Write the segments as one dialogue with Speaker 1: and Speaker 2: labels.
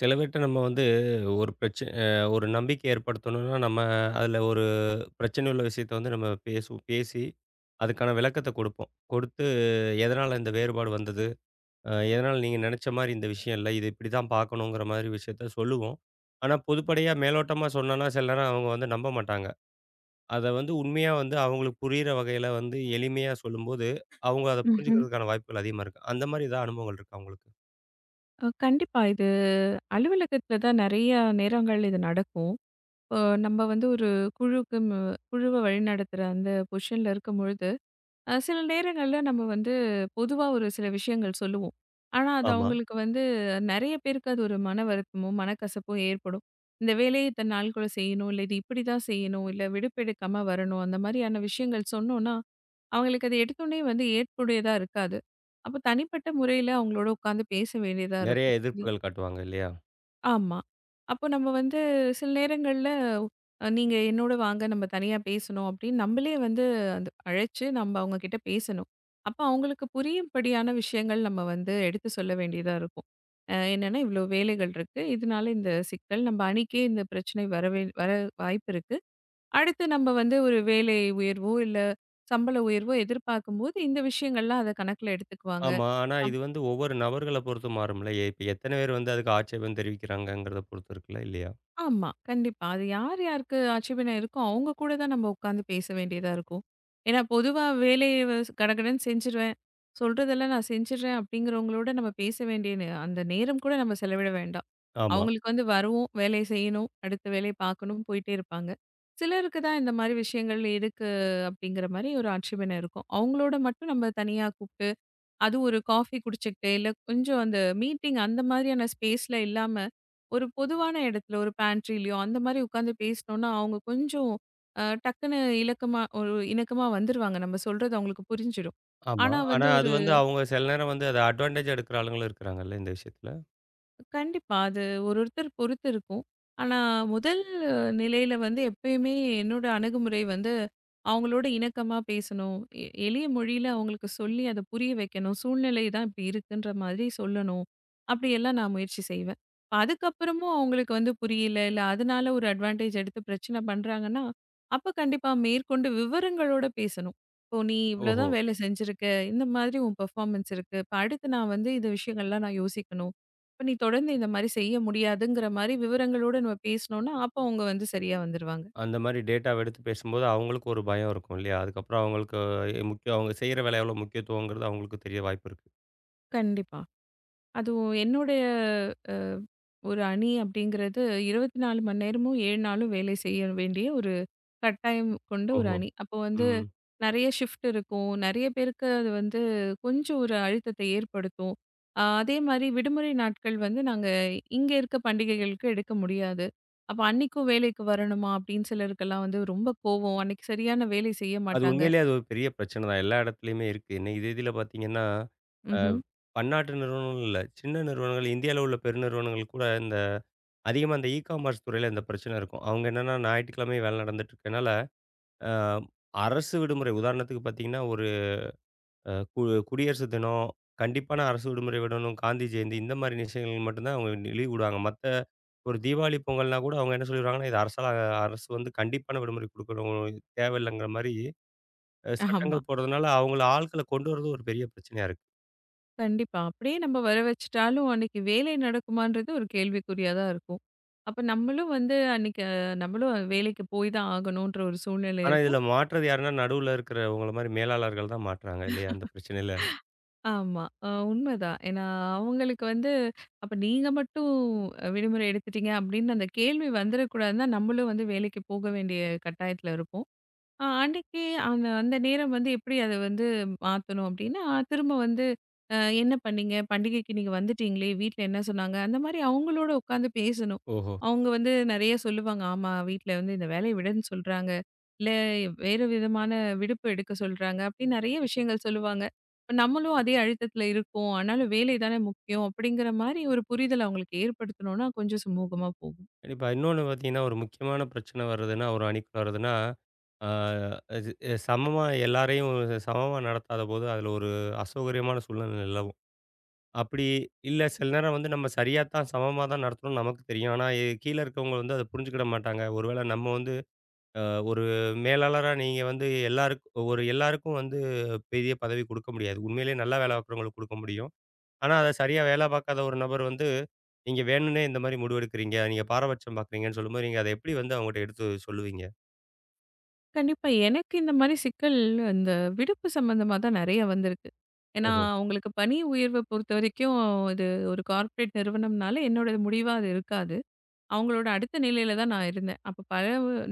Speaker 1: சில பேர்ட்ட நம்ம வந்து ஒரு பிரச்ச அ ஒரு நம்பிக்கை ஏற்படுத்தணும்னா, நம்ம அதில ஒரு பிரச்சனை உள்ள விஷயத்த வந்து நம்ம பேசுவோம். பேசி அதுக்கான விளக்கத்த குடுப்போம். குடுத்து எதனால இந்த வேறுபாடு வந்தது? எதனால நீங்க நெனச்ச மாரி இந்த விஷயம் இல்ல. இது இப்படி தான் பார்க்கணுங்கிற மாதிரி விஷயத்த சொல்லுவோம். ஆனா, பொதுப்படையா மேலோட்டமா சொன்னோம்னா, சில நேரம் அவங்க வந்து நம்ப மாட்டாங்க. அத வந்து உண்மையா வந்து அவங்களுக்கு புரியிற வகையில வந்து எளிமையா சொல்லும்போது, அவங்க அத
Speaker 2: ம்ஹ்ம்.
Speaker 1: புரிஞ்சுக்கிறதுக்கான வாய்ப்புகள் அதிகமா இருக்கு. அந்த மாரி ஏதாவது அனுபவங்கள் இருக்கா உங்களுக்கு?
Speaker 2: கண்டிப்பா. இது அலுவலகத்தில தான் நெறைய நேரங்கள் இது நடக்கும். இப்போ நம்ம வந்து ஒரு குழுக்கு குழுவ வழிநடத்துற அந்த பொசிஷன்ல இருக்கும்பொழுது, சில நேரங்கள்ல நம்ம வந்து பொதுவா ஒரு சில விஷயங்கள் சொல்லுவோம். ஆனா, அது
Speaker 1: ஆமா.
Speaker 2: அவங்களுக்கு வந்து நெறைய பேருக்கு அது ஒரு மன வருத்தமோ, மனக்கசப்போ ஏற்படும். இந்த வேலைய இத்தன நாளுக்குள்ள செய்யணும், இல்ல இது இப்படிதான் செய்யணும், இல்ல விடுப்பு எடுக்காம வரணும். அந்த மாரியான விஷயங்கள் சொன்னோம்னா, அவங்களுக்கு அது எடுத்தோனே வந்து ஏற்புடையதா இருக்காது. அப்ப தனிப்பட்ட முறையில அவங்களோட உட்காந்து பேச வேண்டியதா
Speaker 1: நெறைய
Speaker 2: இருக்கும்.
Speaker 1: எதிர்ப்புகள் காட்டுவாங்க இல்லையா?
Speaker 2: ஆமா. அப்போ நம்ம வந்து சில நேரங்கள்ல நீங்க என்னோட வாங்க நம்ம தனியா பேசணும் அப்படின்னு நம்மளே வந்து அந்த அழைச்சு நம்ம அவங்க கிட்ட பேசணும். அப்ப அவங்களுக்கு புரியும்படியான விஷயங்கள் நம்ம வந்து எடுத்து சொல்ல வேண்டியதா இருக்கும். என்னன்னா இவ்வளோ வேலைகள் இருக்கு. இதனால இந்த சிக்கல் நம்ம அணிக்கே இந்த பிரச்சனை வரவே வர வாய்ப்பு இருக்கு. அடுத்து நம்ம வந்து ஒரு வேலை உயர்வோ, இல்ல சம்பள உயர்வோ எதிர்பார்க்கும்போது இந்த விஷயங்கள்லாம் அத கணக்குல எடுத்துக்குவாங்க.
Speaker 1: ஆமா. ஆனா இது வந்து ஒவ்வொரு நபர்கள பொறுத்து மாறும்ல. இப்ப எத்தன பேர் வந்து அதுக்கு ஆட்சேபம் தெரிவிக்கிறாங்கங்கிறத பொறுத்து இருக்குல்ல இல்லையா?
Speaker 2: ஆமா. கண்டிப்பா. அது யார் யாருக்கு ஆட்சேபனை இருக்கோ, அவங்க கூட தான் நம்ம உட்காந்து பேச வேண்டியதா இருக்கும். ஏன்னா பொதுவா வேலைய கடகடன்னு செஞ்சுருவேன். சொல்றதெல்லாம் நான் செஞ்சுடுறேன் அப்படிங்கிறவங்களோட நம்ம பேச வேண்டிய அந்த நேரம் கூட நம்ம செலவிட வேண்டாம்.
Speaker 1: ஆமா,
Speaker 2: அவங்களுக்கு வந்து வரவும், வேலைய செய்யணும், அடுத்த வேலைய பார்க்கணும் போயிட்டே இருப்பாங்க. சிலருக்கு தான் இந்த மாரி விஷயங்கள் இருக்கு அப்படிங்கிற மாரி ஒரு ஆட்சேபனை இருக்கும். அவங்களோட மட்டும் நம்ம தனியா கூப்ட்டு அது ஒரு காஃபி குடிச்சுக்கிட்டு, இல்ல கொஞ்சம் அந்த மீட்டிங் அந்த மாதிரியான ஸ்பேஸ்ல இல்லாம, ஒரு பொதுவான இடத்துல ஒரு பேன்ட்ரிலயோ அந்த மாதிரி உட்காந்து பேசினோம்னா, அவங்க கொஞ்சம் டக்குன்னு இலக்கமா ஒரு இணக்கமா வந்துருவாங்க. நம்ம சொல்றது அவங்களுக்கு புரிஞ்சிடும்.
Speaker 1: ஆமா.
Speaker 2: ஆனா
Speaker 1: ஆனா
Speaker 2: வந்து
Speaker 1: அது வந்து அவங்க சில நேரம் வந்து அத அட்வான்டேஜா எடுக்கிற ஆளுங்களும் இருக்கிறாங்கல்ல இந்த விஷயத்துல.
Speaker 2: கண்டிப்பா. அது ஒரு ஒருத்தர் பொறுத்து இருக்கும். ஆனா, முதல் நிலையில வந்து எப்பயுமே என்னோட அணுகுமுறை வந்து, அவங்களோட இணக்கமா பேசணும். எளிய மொழியில அவங்களுக்கு சொல்லி அத புரிய வைக்கணும். சூழ்நிலை தான் இப்படி இருக்குன்ற மாதிரி சொல்லணும். அப்படியெல்லாம் நான் முயற்சி செய்வேன். இப்ப அதுக்கப்புறமும் அவங்களுக்கு வந்து புரியல, இல்ல அதனால ஒரு அட்வான்டேஜ் எடுத்து பிரச்சனை பண்றாங்கன்னா, அப்ப கண்டிப்பா மேற்கொண்டு விவரங்களோட பேசணும். இப்போ நீ இவ்வளோ
Speaker 1: ஓஹோ!
Speaker 2: தான் வேலை செஞ்சிருக்க. இந்த மாதிரி உன் பெர்ஃபார்மன்ஸ் இருக்கு. இப்ப அடுத்து நான் வந்து இந்த விஷயங்கள்லாம் நான் யோசிக்கணும். இப்ப நீ தொடர்ந்து இந்த மாரி செய்ய முடியாதுங்கிற மாரி விவரங்களோட நம்ம பேசினோம்னா, அப்ப அவங்க வந்து சரியா வந்துருவாங்க.
Speaker 1: அந்த மாரி டேட்டாவ எடுத்து பேசும்போது அவங்களுக்கு ஒரு பயம் இருக்கும் இல்லையா? அதுக்கப்புறம் அவங்களுக்கு முக்கியம் அவங்க செய்ற வேலை எவ்வளோ முக்கியத்துவங்கிறது அவங்களுக்கு தெரிய வாய்ப்பு இருக்கு.
Speaker 2: கண்டிப்பா. அதுவும் என்னுடைய அ ஒரு அணி அப்படிங்கிறது 24 மணி நேரமும் 7 நாளும் வேலை செய்ய வேண்டிய ஒரு கட்டாயம் கொண்ட ஒரு
Speaker 1: ஓஹோ!
Speaker 2: அணி. அப்போ வந்து
Speaker 1: ம்.
Speaker 2: நெறைய ஷிஃப்ட் இருக்கும். நெறைய பேருக்கு அது வந்து கொஞ்சம் ஒரு அழுத்தத்தை ஏற்படுத்தும். அதே மாரி விடுமுறை நாட்கள் வந்து நாங்க இங்க இருக்க பண்டிகைகளுக்கு எடுக்க முடியாது. அப்ப அன்னைக்கும் வேலைக்கு வரணுமா? அப்படின்னு சிலருக்கெல்லாம் வந்து ரொம்ப கோவம். அன்னைக்கு சரியான வேலை செய்ய
Speaker 1: அது
Speaker 2: மாட்டாங்க.
Speaker 1: உண்மையிலேயே அது ஒரு பெரிய பிரச்சனை தான். எல்லா இடத்துலயுமே இருக்கு. என்ன இது இதுல பார்த்தீங்கன்னா, அ
Speaker 2: ம்ஹ்ம்.
Speaker 1: பன்னாட்டு நிறுவனங்கள் இல்ல. சின்ன நிறுவனங்கள் இந்தியால உள்ள பெருநிறுவனங்கள் கூட இந்த அதிகமா அந்த இ காமர்ஸ் துறையில இந்த பிரச்சனை இருக்கும். அவங்க என்னன்னா ஞாயிற்றுக்கிழமை வேலை நடந்துட்டு இருக்கனால, அ அரசு விடுமுறை உதாரணத்துக்கு பார்த்தீங்கன்னா, ஒரு அ கு குடியரசு தினம், கண்டிப்பான அரசு விடுமுறை விடணும், காந்தி ஜெயந்தி இந்த மாரி விஷயங்களுக்கு மட்டும் தான் அவங்க லீவ் விடுவாங்க. மத்த ஒரு தீபாவளி, பொங்கல்னா கூட அவங்க என்ன சொல்லிருவாங்கன்னா, இது அரசால அரசு வந்து கண்டிப்பான விடுமுறை குடுக்கணும், தேவையில்லைங்கிற மாரி
Speaker 2: ஆமா.
Speaker 1: சட்டங்கள் போடுறதுனால அவங்கள ஆட்கள கொண்டு வரது ஒரு பெரிய பிரச்சனையா இருக்கு.
Speaker 2: கண்டிப்பா. அப்படியே நம்ம வர வச்சுட்டாலும் அன்னைக்கு வேலை நடக்குமான்றது ஒரு கேள்விக்குறியா தான் இருக்கும். அப்ப நம்மளும் வந்து அன்னைக்கு நம்மளும் வேலைக்கு போய் தான் ஆகணுன்ற ஒரு சூழ்நிலை
Speaker 1: ஆனா, இதில
Speaker 2: இருக்கும்.
Speaker 1: மாட்றது யாருன்னா நடுவுல இருக்கிறவங்கள மாரி மேலாளர்கள் தான் மாட்றாங்க இல்லையா? இந்த பிரச்சனையில.
Speaker 2: ஆமா. உண்மைதான். ஏன்னா, அவங்களுக்கு வந்து அப்ப நீங்க மட்டும் விடுமுறை எடுத்துட்டீங்க அப்படின்னு அந்த கேள்வி வந்துரக்கூடாதுன்னா, நம்மளும் வந்து வேலைக்கு போக வேண்டிய கட்டாயத்துல இருப்போம். அன்னைக்கு அந்த அந்த நேரம் வந்து எப்படி அத வந்து மாத்தணும் அப்டின்னா, திரும்ப வந்து "என்ன பண்ணீங்க? பண்டிகைக்கு நீங்க வந்துட்டீங்களே! வீட்ல என்ன சொன்னாங்க?" அந்த மாரி அவங்களோட உட்காந்து பேசணும்.
Speaker 1: ஓஹோ!
Speaker 2: அவங்க வந்து நெறைய சொல்லுவாங்க. ஆமா வீட்ல வந்து இந்த வேலைய விடுன்னு சொல்றாங்க. இல்ல வேறு விதமான விடுப்பு எடுக்க சொல்றாங்க. அப்படின்னு நெறைய விஷயங்கள் சொல்லுவாங்க. இப்ப நம்மளும் அதே அழுத்தத்துல இருக்கோம். ஆனாலும் வேலை தானே முக்கியம். அப்படிங்கிற மாரி ஒரு புரிதல் அவங்களுக்கு ஏற்படுத்தணும்னா கொஞ்சம் சுமூகமா போகும்.
Speaker 1: கண்டிப்பா. இன்னொன்னு பார்த்தீங்கன்னா, ஒரு முக்கியமான பிரச்சனை வருதுன்னா, ஒரு அணிக்குள்ள வருதுன்னா, ஆ அது சமமா சமமா நடத்தாதபோது, அதில ஒரு அசௌகரியமான சூழ்நிலை நிலவும். அப்படி இல்ல சில நேரம் வந்து நம்ம சரியா தான் சமமா தான் நடத்தணும்னு நமக்கு தெரியும். ஆனா கீழ இருக்கவங்க வந்து அத புரிஞ்சுக்கிட மாட்டாங்க. ஒருவேள நம்ம வந்து அ ஒரு மேலாளரா நீங்க வந்து எல்லாருக்கும் வந்து பெரிய பதவி குடுக்க முடியாது. உண்மையிலேயே நல்ல வேலை பார்க்குறவங்களுக்கு குடுக்க முடியும். ஆனா, அத சரியா வேல பார்க்காத ஒரு நபர் வந்து, நீங்க வேணும்னே இந்த மாரி முடிவெடுக்கிறீங்க. நீங்க பாரபட்சம் பார்க்குறீங்கன்னு சொல்லும்போது, நீங்க அத எப்படி வந்து அவங்கட்ட எடுத்து சொல்லுவீங்க?
Speaker 2: கண்டிப்பா. எனக்கு இந்த மாரி சிக்கல் இந்த விடுப்பு சம்மந்தமா தான் நெறைய வந்திருக்கு. ஏன்னா,
Speaker 1: ஓஹோ!
Speaker 2: அவங்களுக்கு பணி உயர்வ பொறுத்தவரைக்கும் இது ஒரு கார்ப்பரேட் நிறுவனம்னால என்னோட முடிவா அது இருக்காது. அவங்களோட அடுத்த நிலையில தான் நான் இருந்தேன். அப்ப பல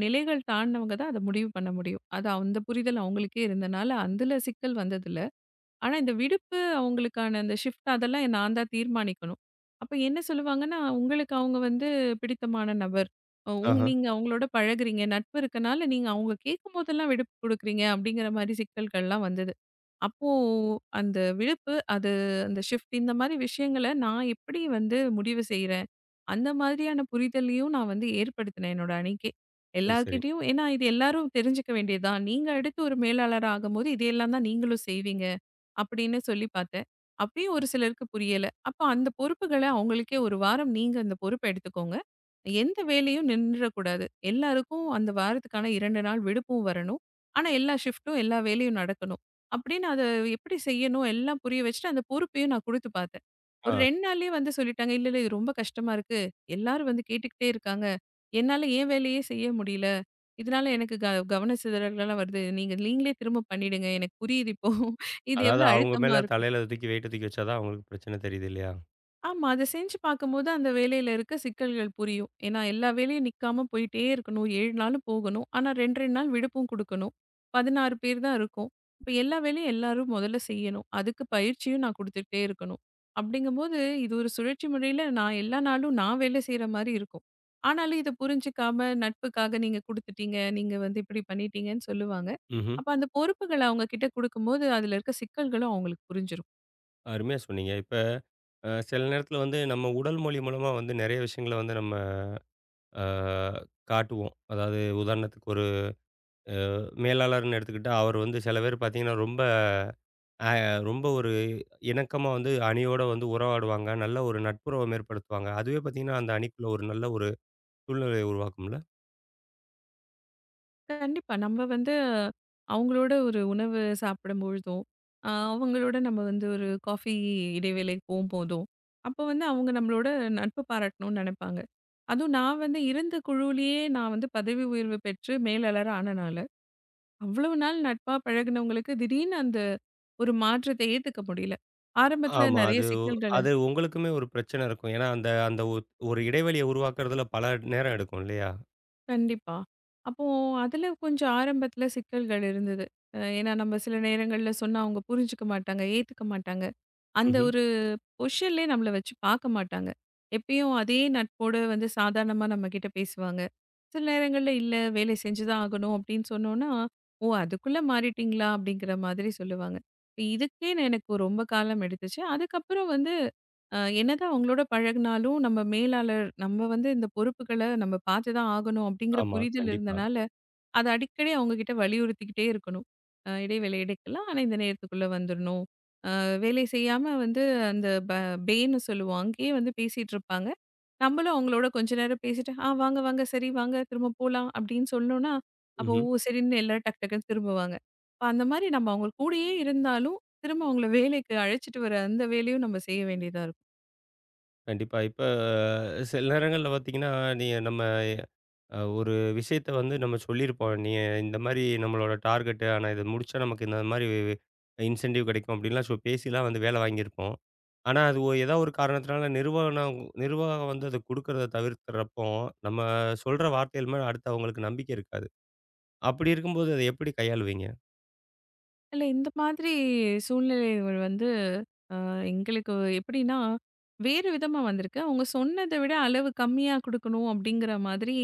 Speaker 2: நிலைகள் தாண்டினவங்க தான் அத முடிவு பண்ண முடியும். அது அந்த புரிதல் அவங்களுக்கே இருந்தனால, அதுல சிக்கல் வந்ததில்ல. ஆனா, இந்த விடுப்பு அவங்களுக்கான அந்த ஷிஃப்ட் அதெல்லாம் நான் தான் தீர்மானிக்கணும். அப்ப என்ன சொல்லுவாங்கன்னா, உங்களுக்கு அவங்க வந்து பிடித்தமான நபர். அ உங்
Speaker 1: ஆஹா.
Speaker 2: நீங்க அவங்களோட பழகுறீங்க. நட்பு இருக்கனால நீங்க அவங்க கேட்கும்போதெல்லாம் விடுப்பு குடுக்குறீங்க அப்படிங்கிற மாரி சிக்கல்கள்லாம் வந்தது. அப்போ அந்த விடுப்பு, அது அந்த ஷிஃப்ட் இந்த மாரி விஷயங்கள நான் எப்படி வந்து முடிவு செய்றேன்? அந்த மாதிரியான புரிதலையும் நான் வந்து ஏற்படுத்தினேன் என்னோட அணிக்கே.
Speaker 1: சரி, சரி.
Speaker 2: எல்லார்கிட்டயும் ஏன்னா இது எல்லாரும் தெரிஞ்சுக்க வேண்டியது தான். நீங்க அடுத்து ஒரு மேலாளரா ஆகும்போது இதையெல்லாம் தான் நீங்களும் செய்வீங்க. அப்படின்னு சொல்லி பார்த்தேன். அப்பயும் ஒரு சிலருக்கு புரியல. அப்ப அந்த பொறுப்புகள அவங்களுக்கே 1 வாரம் நீங்க அந்த பொறுப்ப எடுத்துக்கோங்க. எந்த வேலையும் நின்றக்கூடாது. எல்லாருக்கும் அந்த வாரத்துக்கான 2 நாள் விடுப்பும் வரணும். ஆனா எல்லா ஷிஃப்ட்டும் எல்லா வேலையும் நடக்கணும். அப்படின்னு அத எப்படி செய்யணும் எல்லாம் புரிய வச்சுட்டு அந்த பொறுப்பையும் நான் குடுத்து பார்த்தேன்.
Speaker 1: ஆ.
Speaker 2: ஒரு 2 நாள்லயே வந்து சொல்லிட்டாங்க. இல்ல, இல்ல இது ரொம்ப கஷ்டமா இருக்கு. எல்லாரும் வந்து கேட்டுக்கிட்டே இருக்காங்க. என்னால என் வேலையே செய்ய முடியல. இதனால எனக்கு கவன சிதறல்கள்லாம் வருது. நீங்க நீங்களே திரும்ப பண்ணிடுங்க. எனக்கு புரியுது இப்போ. இது
Speaker 1: அதாவது
Speaker 2: எவ்வளோ
Speaker 1: அவங்க
Speaker 2: அழுத்தமா
Speaker 1: மேல
Speaker 2: இருக்கும்.
Speaker 1: தலையில தூக்கி வெயிட்ட தூக்கி வச்சா தான் அவங்களுக்கு பிரச்சனை தெரியுது இல்லையா?
Speaker 2: ஆமா. அத செஞ்சு பார்க்கும்போது அந்த வேலையில இருக்க சிக்கல்கள் புரியும். ஏன்னா எல்லா வேலையும் நிக்காம போயிட்டே இருக்கணும். 7 நாளும் போகணும். ஆனா 2, 2 நாள் விடுப்பும் குடுக்கணும். 16 பேர் தான் இருக்கோம். இப்ப எல்லா வேலையும் எல்லாரும் முதல்ல செய்யணும். அதுக்கு பயிற்சியும் நான் குடுத்துக்கிட்டே இருக்கணும். அப்படிங்கும்போது இது ஒரு சுழற்சி முறையில நான் எல்லா நாளும் நான் வேலை செய்ற மாரி இருக்கும். ஆனாலும் இத புரிஞ்சுக்காம நட்புக்காக நீங்க குடுத்துட்டீங்க. நீங்க வந்து இப்படி பண்ணிட்டீங்கன்னு சொல்லுவாங்க.
Speaker 1: ம்ஹ்ம்.
Speaker 2: அப்ப அந்த பொறுப்புகள அவங்க கிட்ட குடுக்கும்போது அதுல இருக்க சிக்கல்களும் அவங்களுக்கு புரிஞ்சிரும்.
Speaker 1: அருமையா சொன்னீங்க. இப்ப சில நேரத்தில வந்து நம்ம உடல் மொழி மூலமா வந்து நெறைய விஷயங்கள வந்து நம்ம ஆ காட்டுவோம். அதாவது உதாரணத்துக்கு ஒரு மேலாளர்ன்னு எடுத்துக்கிட்டா, அவர் வந்து சில பேர் பார்த்தீங்கன்னா, ஆ ரொம்ப ஒரு இணக்கமா வந்து அணியோட வந்து உறவாடுவாங்க. நல்ல ஒரு நட்புறவு ஏற்படுத்துவாங்க. அதுவே பார்த்தீங்கன்னா, அந்த அணிக்குள்ள ஒரு நல்ல சூழ்நிலையை உருவாக்கும்ல?
Speaker 2: கண்டிப்பா. நம்ம வந்து அவங்களோட ஒரு உணவு சாப்பிடும்பொழுதும், அவங்களோட நம்ம வந்து ஒரு காஃபி இடைவேளைக்கு போம்போதும், அப்போ வந்து அவங்க நம்மளோட நட்பு பாராட்டணும்னு நெனைப்பாங்க. அதுவும் நான் வந்து இருந்த குழுவிலேயே நான் வந்து பதவி உயர்வு பெற்று மேலாளர் ஆனனால, அவ்வளவு நாள் நட்பா பழகுனவங்களுக்கு திடீர்னு அந்த ஒரு மாற்றத்தை ஏத்துக்க முடியல. ஆரம்பத்தில
Speaker 1: ஆமா.
Speaker 2: நெறைய
Speaker 1: அது
Speaker 2: சிக்கல்கள
Speaker 1: அது உங்களுக்குமே ஒரு பிரச்சனை இருக்கும். ஏன்னா, அந்த அந்த ஒ ஒரு இடைவெளிய உருவாக்குறதுல பல நேரம் எடுக்கும் இல்லையா?
Speaker 2: கண்டிப்பா. அப்போ அதுல கொஞ்சம் ஆரம்பத்துல சிக்கல்கள் இருந்தது. ஏன்னா நம்ம சில நேரங்கள்ல சொன்னா அவங்க புரிஞ்சுக்க மாட்டாங்க, ஏத்துக்க மாட்டாங்க. அந்த
Speaker 1: ம்ஹ்ம்.
Speaker 2: ஒரு பொசிஷன்லயே நம்மள வச்சு பாக்க மாட்டாங்க. எப்பயும் அதே நட்போட வந்து சாதாரணமா நம்மகிட்ட பேசுவாங்க. சில நேரங்கள்ல இல்ல வேலை செஞ்சு தான் ஆகணும் அப்படின்னு சொன்னோம்னா, "ஓ! அதுக்குள்ள மாறிட்டீங்களா?" அப்படிங்கிற மாதிரி சொல்லுவாங்க. இப்ப இதுக்கே நான் எனக்கு ரொம்ப காலம் எடுத்துச்சு. அதுக்கப்புறம் வந்து என்னதான் அவங்களோட பழகுனாலும், நம்ம மேலாளர் நம்ம வந்து இந்த பொறுப்புகள நம்ம பார்த்து தான் ஆகணும் அப்படிங்கிற
Speaker 1: ஆமா.
Speaker 2: புரிதல்
Speaker 1: கண்டிப்பா.
Speaker 2: இருந்தனால, அத அடிக்கடி அவங்க கிட்ட வலியுறுத்திக்கிட்டே இருக்கணும். இடைவேளை எடுக்கலாம். ஆனா இந்த நேரத்துக்குள்ள வந்துரணும். அ வேலை செய்யாம வந்து அந்த பேன்னு சொல்லுவோம். அங்கேயே வந்து பேசிட்டுருப்பாங்க. நம்மளும் அவங்களோட கொஞ்ச நேரம் பேசிட்டு, "ஆ வாங்க, வாங்க. சரி வாங்க. திரும்ப போலாம்." அப்படின்னு சொன்னோம்னா, அப்போ
Speaker 1: ம்ஹ்ம்.
Speaker 2: ஓ! சரின்னு எல்லாரும் டக் டக்குன்னு திரும்புவாங்க. அப்ப அந்த மாரி நம்ம அவங்க கூடயே இருந்தாலும், திரும்ப அவங்கள வேலைக்கு அழைச்சிட்டு வர அந்த வேலையும் நம்ம செய்ய வேண்டியதா இருக்கும்.
Speaker 1: கண்டிப்பா. இப்ப சில நேரங்கள்ல பார்த்தீங்கன்னா, நீங்க நம்ம அ ஒரு விஷயத்த வந்து நம்ம சொல்லியிருப்போம். நீ இந்த மாரி நம்மளோட டார்கெட்டு, ஆனா இத முடிச்சா நமக்கு இந்த மாரி இன்சென்டிவ் கிடைக்கும் அப்டின்லாம் பேசிலாம் வந்து வேல வாங்கியிருப்போம். ஆனா அது ஏதோ ஒரு காரணத்தினால நிர்வாகம் வந்து அத குடுக்கறத தவிர்க்கிறப்போ, நம்ம சொல்ற வார்த்தைகள் மேல அடுத்து அவங்களுக்கு நம்பிக்கை இருக்காது. அப்படி இருக்கும்போது அத எப்படி கையாளுவீங்க?
Speaker 2: இல்ல இந்த மாதிரி சூழ்நிலைகள் வந்து அ எங்களுக்கு எப்படின்னா, வேறு விதமா வந்திருக்கு. அவங்க சொன்னத விட அளவு கம்மியா குடுக்கணும் அப்படிங்கிற மாதிரி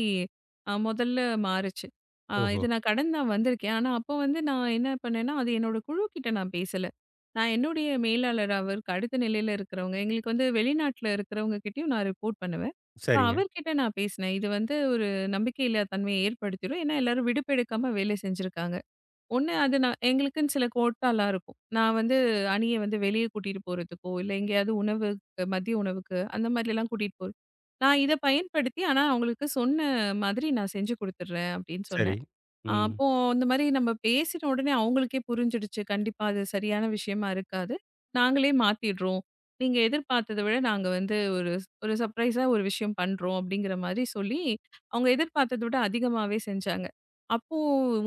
Speaker 2: முதல்ல மாறுச்சு.
Speaker 1: ஓஹோ!
Speaker 2: இது நான் கடந்து தான் வந்திருக்கேன். ஆனா அப்போ வந்து நான் என்ன பண்ணேன்னா, அது என்னோட குழுக்கிட்ட நான் பேசல. நான் என்னுடைய மேலாளர் அவருக்கு அடுத்த நிலையில இருக்கிறவங்க, எங்களுக்கு வந்து வெளிநாட்ல இருக்கிறவங்க கிட்டயும் நான் ரிப்போர்ட் பண்ணுவேன். இப்ப
Speaker 1: சரிங்க.
Speaker 2: அவர்கிட்ட நான் பேசினேன். இது வந்து ஒரு நம்பிக்கை இல்லா தன்மைய ஏற்படுத்திரும். ஏன்னா எல்லாரும் விடுப்பு எடுக்காம வேலை செஞ்சிருக்காங்க. ஒண்ணு அது நான் எங்களுக்குன்னு சில கோட்டாலாம் இருக்கும். நான் வந்து அணிய வந்து வெளிய கூட்டிட்டு போறதுக்கோ, இல்ல எங்கேயாவது உணவு மதிய உணவுக்கு அந்த மாதிரிலாம் கூட்டிட்டு போறது. நான் இத பயன்படுத்தி ஆனா அவங்களுக்கு சொன்ன மாதிரி நான் செஞ்சு குடுத்துடுறேன் அப்படின்னு
Speaker 1: சரி.
Speaker 2: சொன்னேன். ஆ,
Speaker 1: ம்.
Speaker 2: அப்போ இந்த மாரி நம்ம பேசின உடனே அவங்களுக்கே புரிஞ்சிடுச்சு. கண்டிப்பா அது சரியான விஷயமா இருக்காது. நாங்களே மாத்திடுறோம். நீங்க எதிர்பார்த்தத விட நாங்க வந்து ஒரு ஒரு சர்ப்ரைஸா ஒரு விஷயம் பண்றோம் அப்படிங்கிற மாரி சொல்லி, அவங்க எதிர்பார்த்தத விட அதிகமாவே செஞ்சாங்க. அப்போ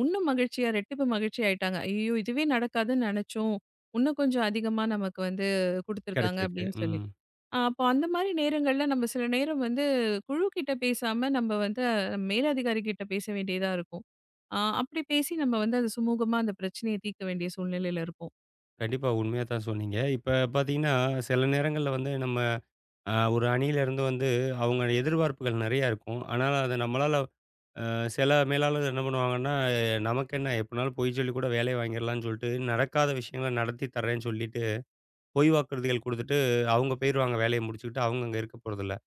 Speaker 2: இன்னும் மகிழ்ச்சியா, ரெட்டிப்பு மகிழ்ச்சி ஆயிட்டாங்க. ஐயோ! இதுவே நடக்காதுன்னு நெனச்சோம். இன்னும் கொஞ்சம் அதிகமா நமக்கு வந்து குடுத்துருக்காங்க
Speaker 1: கிடைச்சிருக்கு.
Speaker 2: அப்படின்னு சொல்லி.
Speaker 1: ம்.
Speaker 2: ஆ, அப்போ அந்த மாரி நேரங்கள்ல நம்ம சில நேரம் வந்து குழு கிட்ட பேசாம நம்ம வந்து மேலதிகாரி கிட்ட பேச வேண்டியதா இருக்கும். ஆ, அப்படி பேசி நம்ம வந்து அது சுமூகமா அந்த பிரச்சனைய தீர்க்க வேண்டிய சூழ்நிலையில இருப்போம்.
Speaker 1: கண்டிப்பா உண்மையா தான் சொன்னீங்க. இப்ப பார்த்தீங்கன்னா, சில நேரங்கள்ல வந்து நம்ம ஒரு அணியிலேருந்து வந்து அவங்க எதிர்பார்ப்புகள் நெறையா இருக்கும். ஆனாலும் அத நம்மளால சில மேலாளர்கள் என்ன பண்ணுவாங்கன்னா, நமக்கென்ன எப்படினாலும் பொய் சொல்லி கூட வேலைய வாங்கிடலாம்ன்னு சொல்லிட்டு, நடக்காத விஷயங்கள நடத்தி தர்றேன்னு சொல்லிட்டு, பொய் வாக்குறுதிகள் குடுத்துட்டு, அவங்க போயிருவாங்க வேலைய முடிச்சுக்கிட்டு. அவங்க அங்க இருக்க போறதில்ல.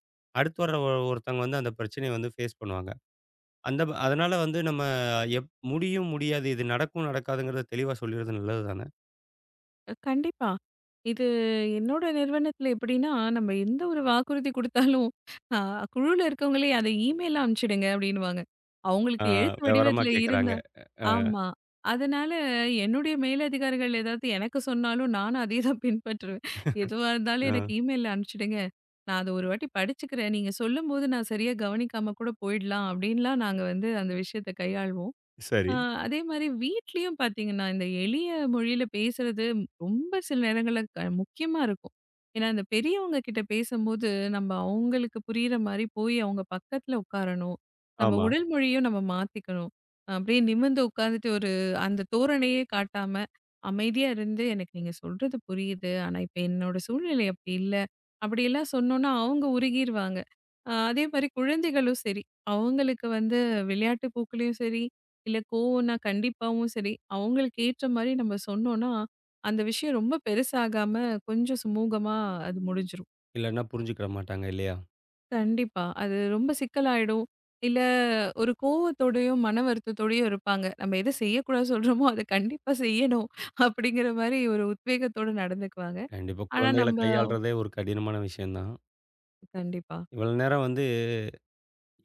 Speaker 1: அடுத்து வர ஒருத்தவங்க வந்து அந்த பிரச்சனைய வந்து ஃபேஸ் பண்ணுவாங்க. அதனால வந்து நம்ம முடியும், முடியாது. இது நடக்கும், நடக்காதுங்கிறத தெளிவா சொல்லிறது நல்லது தானே!
Speaker 2: கண்டிப்பா. இது என்னோட நிறுவனத்தில எப்படின்னா, நம்ம எந்த ஒரு வாக்குறுதி குடுத்தாலும், அ குழுல இருக்கவங்களே அத இமெயிலா அனுப்பிச்சுடுங்க அப்படின்னுவாங்க.
Speaker 1: ஆ
Speaker 2: அவங்களுக்கு எழுத்து
Speaker 1: விவரமா
Speaker 2: வடிவத்தில
Speaker 1: கேட்கறாங்க.
Speaker 2: இருந்தா
Speaker 1: அ,
Speaker 2: ஆமா. அதனால என்னுடைய மேலதிகாரிகள் ஏதாவது எனக்கு சொன்னாலும் நானும் அதே தான் பின்பற்றுவேன். எதுவா இருந்தாலும்
Speaker 1: அ
Speaker 2: எனக்கு இமெயில்ல அனுப்பிச்சுடுங்க. நான் அத ஒரு வாட்டி படிச்சுக்கிறேன். நீங்க சொல்லும்போது நான் சரியா கவனிக்காம கூட போயிடலாம் அப்படின்லாம் நாங்க வந்து அந்த விஷயத்த கையாள்வோம்.
Speaker 1: சரி.
Speaker 2: ஆ, அதே மாரி வீட்லயும் பார்த்தீங்கன்னா, இந்த எளிய மொழியில பேசுறது ரொம்ப சில நேரங்கள்ல முக்கியமா இருக்கும். ஏன்னா, இந்த பெரியவங்க கிட்ட பேசும்போது, நம்ம அவங்களுக்கு புரியிற மாரி போய் அவங்க பக்கத்துல உட்காரணும். நம்ம
Speaker 1: ஆமா.
Speaker 2: உடல் மொழியும் நம்ம மாத்திக்கணும். அப்படியே நிமிர்ந்து உட்காந்துட்டு ஒரு அந்த தோரணையே காட்டாம, அமைதியா இருந்து, "எனக்கு நீங்க சொல்றது புரியுது. ஆனா இப்ப என்னோட சூழ்நிலை அப்படி இல்ல." அப்படியெல்லாம் சொன்னோம்னா, அவங்க உருகிருவாங்க. அதே மாரி குழந்தைகளும் சரி, அவங்களுக்கு வந்து விளையாட்டு போக்குலயும் சரி, இல்ல கோவம்னா கண்டிப்பாவும் சரி, அவங்களுக்கு ஏற்ற மாரி நம்ம சொன்னோம்னா, அந்த விஷயம் ரொம்ப பெருசாகாம கொஞ்சம் சுமூகமா அது முடிஞ்சிரும்.
Speaker 1: இல்லன்னா புரிஞ்சுக்கிட மாட்டாங்க இல்லையா?
Speaker 2: கண்டிப்பா. அது ரொம்ப சிக்கலாயிடும். இல்ல ஒரு கோவத்தோடயும், மன வருத்தத்தோடயும் இருப்பாங்க. நம்ம எது செய்யக்கூடாது சொல்றோமோ, அத கண்டிப்பா செய்யணும் அப்படிங்கிற மாரி ஒரு உத்வேகத்தோட நடந்துக்குவாங்க.
Speaker 1: கண்டிப்பா.
Speaker 2: ஆனா
Speaker 1: குழந்தைகள
Speaker 2: நம்ப
Speaker 1: கையாள்றதே ஒரு கடினமான விஷயம் தான்.
Speaker 2: கண்டிப்பா.
Speaker 1: இவ்வளோ நேரம் வந்து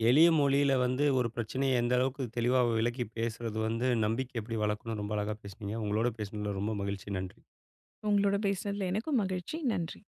Speaker 1: எளிய மொழியில வந்து ஒரு பிரச்சனைய எந்த அளவுக்கு தெளிவா விளக்கி பேசுறது வந்து, நம்பிக்கை எப்படி வளர்க்கணும்னு ரொம்ப அழகா பேசுனீங்க. உங்களோட பேசினதில ரொம்ப மகிழ்ச்சி. நன்றி.
Speaker 2: உங்களோட பேசினதுல எனக்கும் மகிழ்ச்சி. நன்றி.